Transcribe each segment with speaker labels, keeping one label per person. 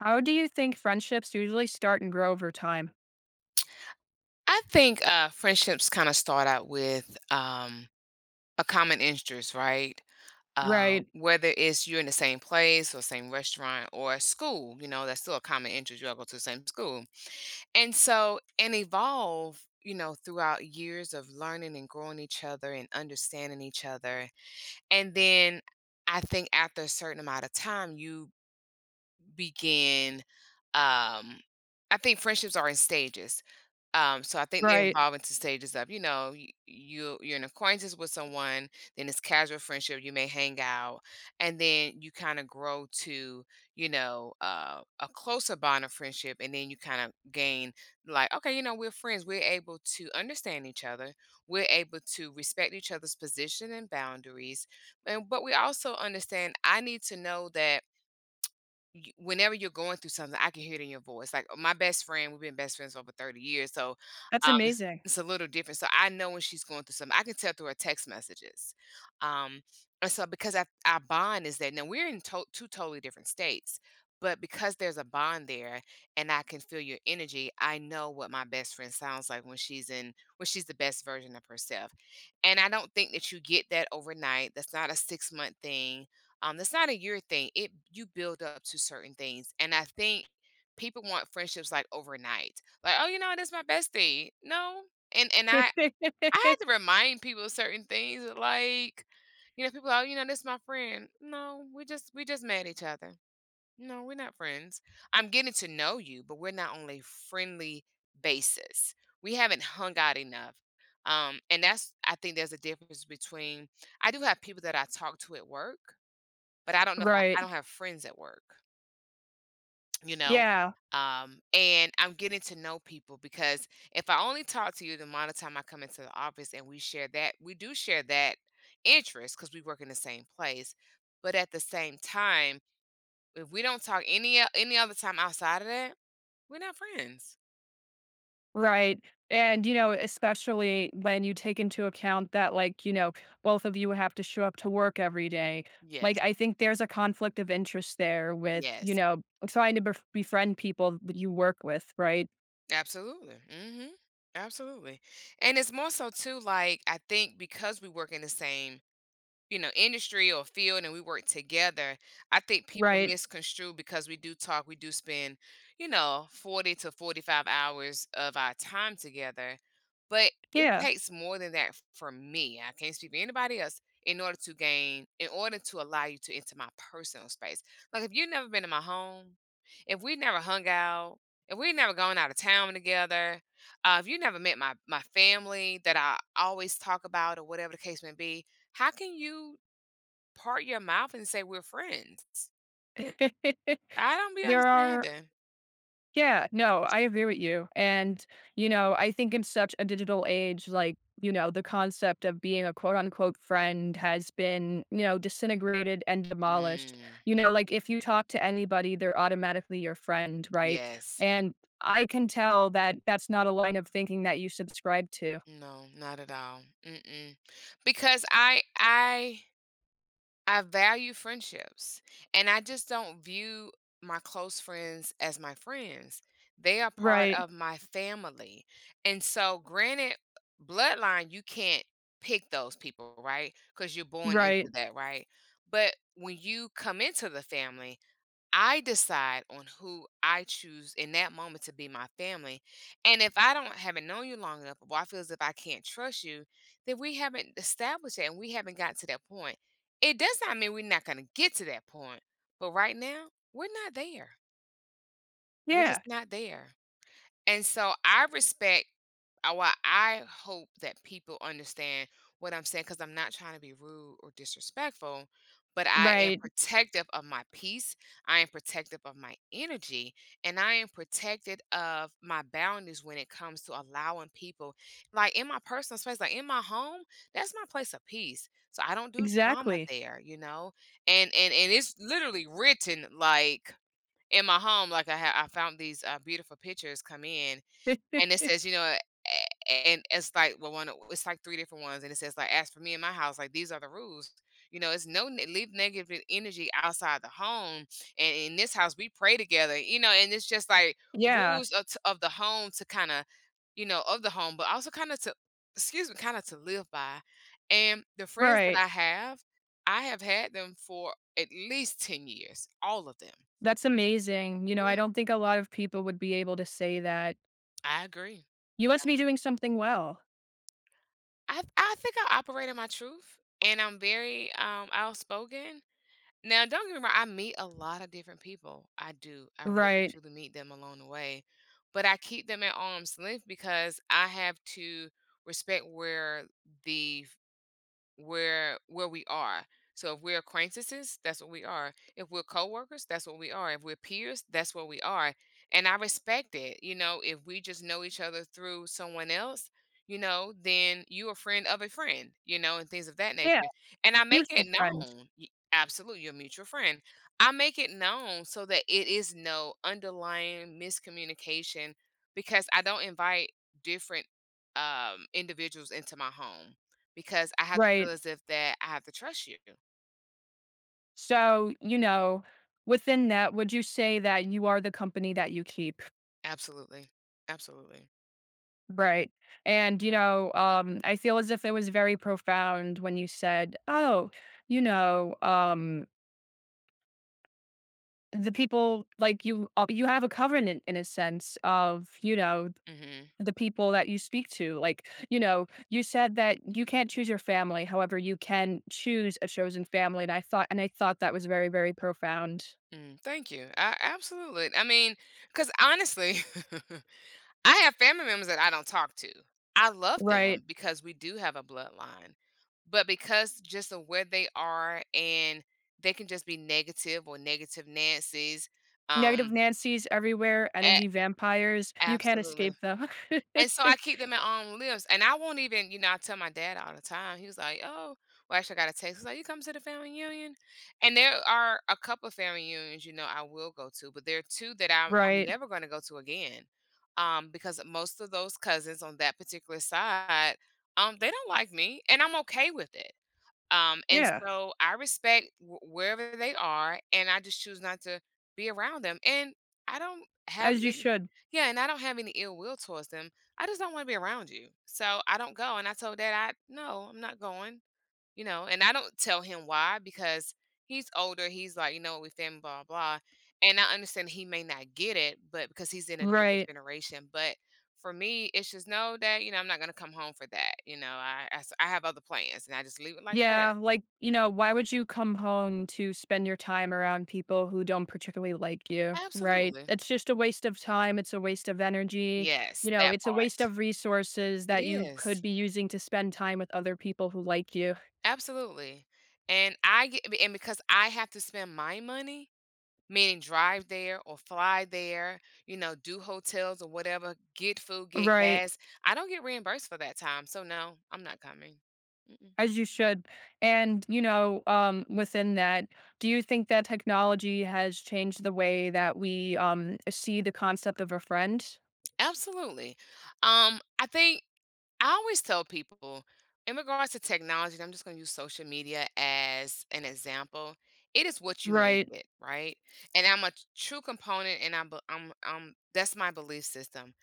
Speaker 1: How do you think friendships usually start and grow over time?
Speaker 2: I think friendships kind of start out with a common interest, right?
Speaker 1: Right,
Speaker 2: Whether it's you're in the same place or same restaurant or school, you know, that's still a common interest. You all go to the same school. And so, and evolve, you know, throughout years of learning and growing each other and understanding each other. And then I think after a certain amount of time, you begin, um I think friendships are in stages. So I think they
Speaker 1: right.
Speaker 2: evolve into stages of, you know, you you're an acquaintance with someone, then it's casual friendship, you may hang out, and then you kind of grow to, you know, a closer bond of friendship, and then you kind of gain like, okay, you know, we're friends, we're able to understand each other, we're able to respect each other's position and boundaries, and but we also understand I need to know that whenever you're going through something, I can hear it in your voice. Like my best friend, we've been best friends for over 30 years. So
Speaker 1: That's amazing.
Speaker 2: it's a little different. So I know when she's going through something. I can tell through her text messages. Um, and so because I, our bond is that now we're in two totally different states, but because there's a bond there and I can feel your energy, I know what my best friend sounds like when she's in when she's the best version of herself. And I don't think that you get that overnight. That's not a 6 month thing. That's not a year thing. It you build up to certain things. And I think people want friendships like overnight like, oh, you know, this is my bestie. No, and I I had to remind people certain things like, you know, people, "Oh, you know, this my friend." No, we just met each other. No, we're not friends. I'm getting to know you, but we're not on a friendly basis. We haven't hung out enough. And that's I think there's a difference between I do have people that I talk to at work, but I don't know if I, I
Speaker 1: Right.
Speaker 2: don't have friends at work, you know.
Speaker 1: Yeah,
Speaker 2: And I'm getting to know people because if I only talk to you the amount of time I come into the office and we do share that interest because we work in the same place, but at the same time, if we don't talk any other time outside of that, we're not friends.
Speaker 1: right. And, you know, especially when you take into account that, like, you know, both of you have to show up to work every day. Like,
Speaker 2: Yes.
Speaker 1: I think there's a conflict of interest there with, you
Speaker 2: Yes.
Speaker 1: know, trying to befriend people that you work with, right?
Speaker 2: Absolutely. Absolutely. And it's more so too, like, I think because we work in the same, you know, industry or field and we work together, I think people
Speaker 1: Right.
Speaker 2: misconstrue because we do talk, we do spend, you know, 40 to 45 hours of our time together. But it
Speaker 1: Yeah.
Speaker 2: takes more than that for me. I can't speak for anybody else in order to gain, in order to allow you to enter my personal space. Like if you've never been in my home, if we never hung out, if we never gone out of town together, if you never met my family that I always talk about or whatever the case may be, how can you part your mouth and say we're friends? I don't be
Speaker 1: There are,
Speaker 2: understanding.
Speaker 1: yeah, no, I agree with you. And, you know, I think in such a digital age, like, you know, the concept of being a quote unquote friend has been, you know, disintegrated and demolished.
Speaker 2: Mm,
Speaker 1: You know, like if you talk to anybody, they're automatically your friend, right?
Speaker 2: yes.
Speaker 1: And I can tell that that's not a line of thinking that you subscribe to.
Speaker 2: No, not at all. Mm-mm. Because I value friendships and I just don't view my close friends as my friends. They are part
Speaker 1: Right,
Speaker 2: of my family. And so granted bloodline you can't pick those people, right? Cuz you're born into
Speaker 1: right.
Speaker 2: that, right? But when you come into the family, I decide on who I choose in that moment to be my family. And if I don't haven't known you long enough, or I feel as if I can't trust you, then we haven't established that and we haven't got to that point. It does not mean we're not going to get to that point, but right now we're not there. We're
Speaker 1: Yeah,
Speaker 2: just not there. And so I respect I well, I hope that people understand what I'm saying, because 'cause I'm not trying to be rude or disrespectful, but I am
Speaker 1: right.
Speaker 2: protective of my peace, I am protective of my energy, and I am protected of my boundaries when it comes to allowing people like, in my personal space, like, in my home, that's my place of peace, so I don't do drama
Speaker 1: Exactly.
Speaker 2: there, you know? And it's literally written, like, in my home, like, I found these, beautiful pictures come in, and it says, you know, a and it's like, well, one it's like 3 different ones, and it says, like, "As for me and my house, like, these are the rules." You know, it's no ne leave negative e energy outside the home, and in this house, we pray together, you know, and it's just like
Speaker 1: Yeah,
Speaker 2: rules of the home to kinda, you know, of the home, but also kinda to, excuse me, kinda to live by. And the friends that
Speaker 1: right.
Speaker 2: I have had them for at least 10 years, all of them.
Speaker 1: That's amazing. You know, I
Speaker 2: Yeah,
Speaker 1: don't think a lot of people would be able to say that.
Speaker 2: I agree.
Speaker 1: You must be doing something well.
Speaker 2: I think I operate in my truth and I'm very outspoken. Now, don't get me wrong, I meet a lot of different people. I do. I really
Speaker 1: Right.
Speaker 2: truly meet them along the way. But I keep them at arm's length because I have to respect where the where we are. So if we're acquaintances, that's what we are. If we're coworkers, that's what we are. If we're peers, that's what we are. And I respect it. You know, if we just know each other through someone else, you know, then you a friend of a friend, you know, and things of that
Speaker 1: Yeah,
Speaker 2: nature. And I make
Speaker 1: mutual
Speaker 2: it
Speaker 1: friend.
Speaker 2: known. Absolutely, your mutual friend. I make it known so that it is no underlying miscommunication because I don't invite different individuals into my home because I have to feel
Speaker 1: Right.
Speaker 2: as if that I have to trust you.
Speaker 1: So, you know, within that, would you say that you are the company that you keep?
Speaker 2: Absolutely. Absolutely.
Speaker 1: Right. And, you know, I feel as if it was very profound when you said, "Oh, you know, the people like you, you have a covenant in a sense of, you know,
Speaker 2: Mhm.
Speaker 1: the people that you speak to. Like, you know, you said that you can't choose your family, however, you can choose a chosen family, and I thought that was very, very profound.
Speaker 2: Thank you. I absolutely I mean, because honestly, I have family members that I don't talk to. I love
Speaker 1: Right.
Speaker 2: them because we do have a bloodline, but because just of where they are and they can just be negative or negative Nancy's,
Speaker 1: Negative
Speaker 2: um,
Speaker 1: Nancy's everywhere,
Speaker 2: a
Speaker 1: energy vampires, you can't
Speaker 2: absolutely.
Speaker 1: escape them.
Speaker 2: And so I keep them at arm lives, and I won't even, you know, I tell my dad all the time. He was like, "Oh," well, actually, I got a text. He's like, "You come to the family reunion?" And there are a couple of family reunions, you know, I will go to, but there are two that I'm
Speaker 1: Right.
Speaker 2: never going to go to again, because most of those cousins on that particular side, they don't like me, and I'm okay with it. And
Speaker 1: Yeah,
Speaker 2: so I respect wherever they are, and I just choose not to be around them. And I don't have
Speaker 1: as you
Speaker 2: any,
Speaker 1: should.
Speaker 2: yeah, and I don't have any ill will towards them. I just don't want to be around you, so I don't go. And I told Dad, I no, I'm not going. You know, and I don't tell him why because he's older. He's like, you know, we family, blah blah. And I understand he may not get it, but because he's in a different
Speaker 1: Right.
Speaker 2: generation. But for me, it's just no, Dad. You know, I'm not gonna come home for that. You know, I s I have other plans, and I just leave it like that.
Speaker 1: Yeah, like, you know, why would you come home to spend your time around people who don't particularly like you, right?
Speaker 2: Absolutely.
Speaker 1: It's just a waste of time, it's a waste of energy. You
Speaker 2: Yes,
Speaker 1: know,
Speaker 2: that
Speaker 1: it's a
Speaker 2: part.
Speaker 1: waste of resources
Speaker 2: It
Speaker 1: that you could
Speaker 2: is.
Speaker 1: be using to spend time with other people who like you.
Speaker 2: Absolutely. And I get and because I have to spend my money, meaning drive there or fly there, you know, do hotels or whatever, get food, get
Speaker 1: Right.
Speaker 2: gas, I don't get reimbursed for that time. So no, I'm not coming. Mm-mm.
Speaker 1: As you should. And, you know, within that, do you think that technology has changed the way that we see the concept of a friend?
Speaker 2: Absolutely. I think I always tell people in regards to technology, and I'm just going to use social media as an example. It is what you make
Speaker 1: Right.
Speaker 2: it, right? And I'm a true component, and I'm that's my belief system.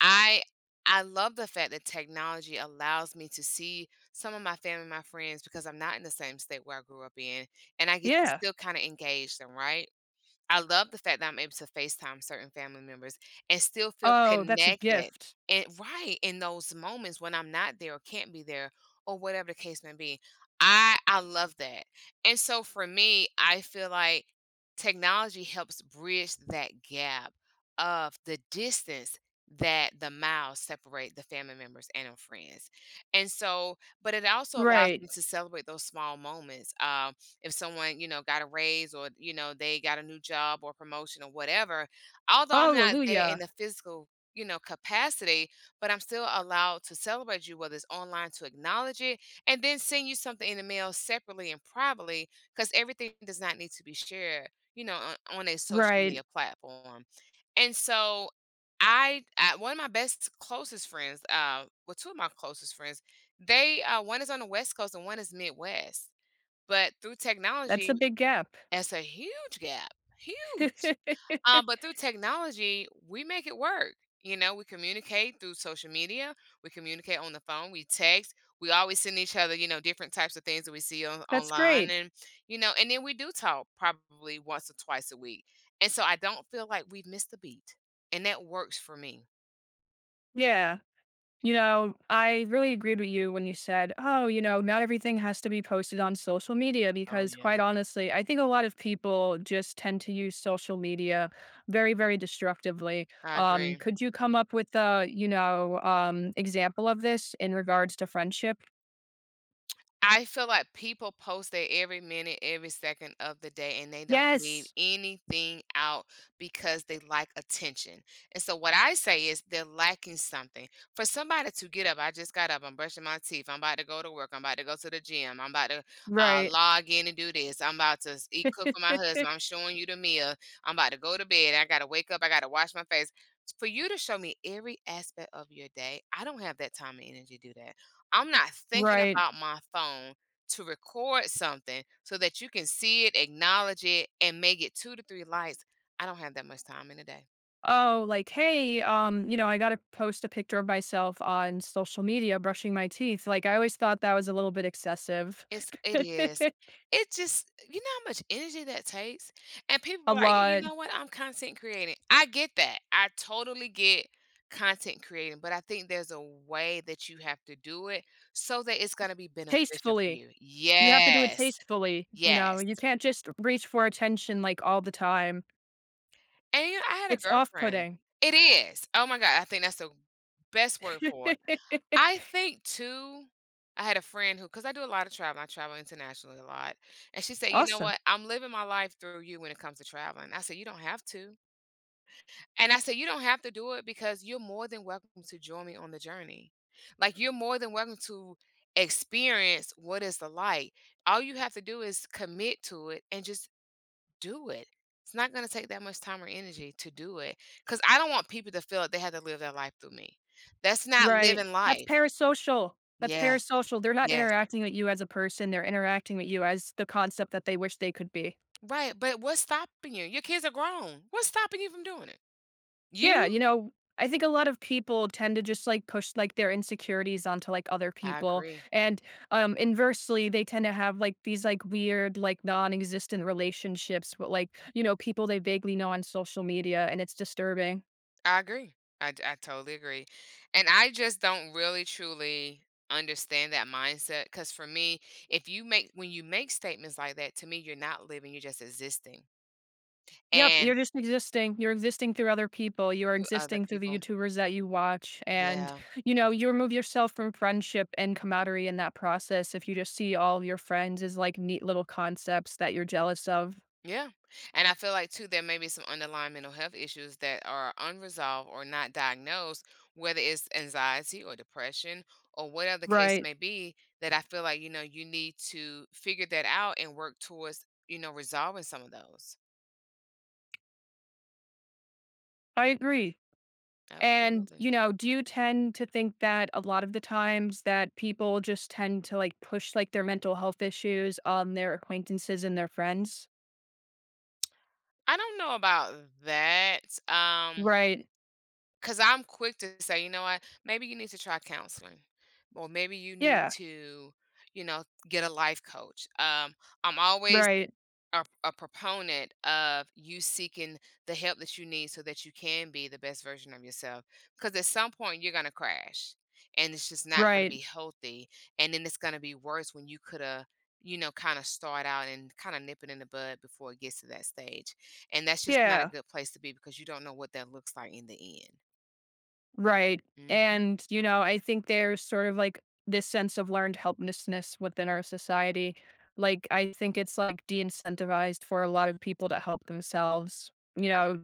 Speaker 2: I, I love the fact that technology allows me to see some of my family, my friends, because I'm not in the same state where I grew up in, and I get to
Speaker 1: Yeah.
Speaker 2: still kind of engage them, right? I love the fact that I'm able to FaceTime certain family members and still feel
Speaker 1: Oh, that's a
Speaker 2: connected
Speaker 1: gift.
Speaker 2: and right in those moments when I'm not there or can't be there or whatever the case may be. I love that. And so for me, I feel like technology helps bridge that gap of the distance that the miles separate the family members and our friends. And so, but it also allows
Speaker 1: Right.
Speaker 2: me to celebrate those small moments. If someone, you know, got a raise or, you know, they got a new job or promotion or whatever. Although I'm not there
Speaker 1: Hallelujah.
Speaker 2: in the physical, you know, capacity, but I'm still allowed to celebrate you, whether it's online to acknowledge it and then send you something in the mail separately and privately because everything does not need to be shared, you know, on a social
Speaker 1: Right.
Speaker 2: media platform. And so I one of my best closest friends, well, two of my closest friends, they one is on the West Coast and one is Midwest. But through
Speaker 1: That's a
Speaker 2: technology,
Speaker 1: big gap.
Speaker 2: that's a huge gap, huge. But through technology, we make it work. You know, we communicate through social media. We communicate on the phone. We text. We always send each other, you know, different types of things that we see on,
Speaker 1: That's
Speaker 2: online,
Speaker 1: great.
Speaker 2: and you know, and then we do talk probably once or twice a week. And so I don't feel like we've missed the beat, and that works for me.
Speaker 1: Yeah. You know, I really agreed with you when you said, "Oh, you know, not everything has to be posted on social media,"
Speaker 2: Oh
Speaker 1: because
Speaker 2: yeah.
Speaker 1: quite honestly, I think a lot of people just tend to use social media very, very destructively.
Speaker 2: I agree.
Speaker 1: Could you come up with a, you know, example of this in regards to friendship?
Speaker 2: I feel like people post their every minute, every second of the day, and they don't leave
Speaker 1: Yes.
Speaker 2: anything out because they like attention. And so, what I say is they're lacking something. For somebody to get up, I just got up, I'm brushing my teeth, I'm about to go to work, I'm about to go to the gym, I'm about to
Speaker 1: Right.
Speaker 2: log in and do this, I'm about to eat, cook for my husband, I'm showing you the meal, I'm about to go to bed, I got to wake up, I got to wash my face. For you to show me every aspect of your day, I don't have that time and energy to do that. I'm not thinking
Speaker 1: Right.
Speaker 2: about my phone to record something so that you can see it, acknowledge it, and make it 2 to 3 likes. I don't have that much time in a day.
Speaker 1: Oh, like, hey, you know, I gotta post a picture of myself on social media brushing my teeth. Like, I always thought that was a little bit excessive.
Speaker 2: It is. It just, you know, how much energy that takes? And people
Speaker 1: A
Speaker 2: be like, "You
Speaker 1: lot
Speaker 2: know what? I'm content creating." I get that. I totally get content creating, but I think there's a way that you have to do it so that it's gonna be beneficial for
Speaker 1: tastefully.
Speaker 2: you.
Speaker 1: You have to do it
Speaker 2: Yes.
Speaker 1: tastefully, you know.
Speaker 2: Yes.
Speaker 1: You can't just reach for attention like all the time.
Speaker 2: And you know, I had a
Speaker 1: It's
Speaker 2: girlfriend.
Speaker 1: off-putting.
Speaker 2: It is. Oh my god, I think that's the best word for it. I think too, I had a friend who, because I do a lot of travel, I travel internationally a lot, and she said, "You know
Speaker 1: Awesome.
Speaker 2: what? I'm living my life through you when it comes to traveling." I said, "You don't have to." And I said, "You don't have to do it because you're more than welcome to join me on the journey. Like, you're more than welcome to experience what it's like. All you have to do is commit to it and just do it. It's not going to take that much time or energy to do it because I don't want people to feel like they had to live their life through me. That's not
Speaker 1: Right.
Speaker 2: living
Speaker 1: That's
Speaker 2: life.
Speaker 1: parasocial. That's
Speaker 2: Yes,
Speaker 1: parasocial. They're not
Speaker 2: yes.
Speaker 1: interacting with you as a person. They're interacting with you as the concept that they wish they could be.
Speaker 2: Right. But what's stopping you? Your kids are grown. What's stopping you from doing it?
Speaker 1: Yeah,
Speaker 2: You?
Speaker 1: you know, I think a lot of people tend to just like push like their insecurities onto like other
Speaker 2: I
Speaker 1: people.
Speaker 2: agree.
Speaker 1: And inversely, they tend to have like these like weird, like non-existent relationships with like, you know, people they vaguely know on social media and it's disturbing.
Speaker 2: I agree. I totally agree. And I just don't really truly understand that mindset because for me, if you make, when you make statements like that, to me, you're not living, you're just existing.
Speaker 1: Yep, you're
Speaker 2: And
Speaker 1: just existing. You're existing through other people. You are
Speaker 2: to other
Speaker 1: existing through the
Speaker 2: people,
Speaker 1: YouTubers that you watch. And,
Speaker 2: yeah.
Speaker 1: you know, you remove yourself from friendship and camaraderie in that process if you just see all of your friends as like neat little concepts that you're jealous of.
Speaker 2: Yeah. And I feel like too there may be some underlying mental health issues that are unresolved or not diagnosed, whether it's anxiety or depression or whatever the case
Speaker 1: Right.
Speaker 2: may be, that I feel like, you know, you need to figure that out and work towards, you know, resolving some of those.
Speaker 1: I agree. And,
Speaker 2: Absolutely.
Speaker 1: you know, do you tend to think that a lot of the times that people just tend to like push like their mental health issues on their acquaintances and their friends?
Speaker 2: I don't know about that. Um,
Speaker 1: Right.
Speaker 2: because I'm quick to say, you know what, maybe you need to try counseling. Or maybe you need
Speaker 1: Yeah.
Speaker 2: to, you know, get a life coach. I'm always
Speaker 1: Right.
Speaker 2: a proponent of you seeking the help that you need so that you can be the best version of yourself because at some point you're going to crash and it's just not going to
Speaker 1: Right.
Speaker 2: be healthy and then it's going to be worse when you could have, you know, kind of start out and kind of nip it in the bud before it gets to that stage and that's just not a
Speaker 1: Yeah.
Speaker 2: good place to be because you don't know what that looks like in the
Speaker 1: Right.
Speaker 2: end. Hmm.
Speaker 1: And, you know, I think there's sort of like this sense of learned helplessness within our society. Like, I think it's like de incentivized for a lot of people to help themselves, you know,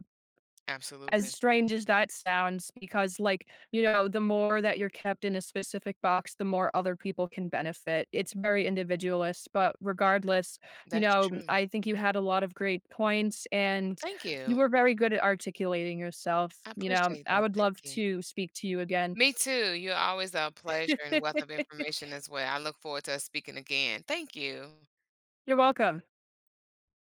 Speaker 1: as
Speaker 2: Absolutely.
Speaker 1: strange as that sounds, because, like, you know, the more that you're kept in a specific box, the more other people can benefit. It's very individualist, but regardless, you
Speaker 2: That's
Speaker 1: know,
Speaker 2: true.
Speaker 1: I think you had a lot of great points and
Speaker 2: Thank
Speaker 1: you
Speaker 2: you.
Speaker 1: were very good at articulating yourself.
Speaker 2: I
Speaker 1: You know,
Speaker 2: appreciate
Speaker 1: I
Speaker 2: that.
Speaker 1: would
Speaker 2: Thank
Speaker 1: love
Speaker 2: you.
Speaker 1: to speak to you again.
Speaker 2: Me too. You're always a pleasure and wealth of information as well. I look forward to us speaking again. Thank you.
Speaker 1: You're welcome.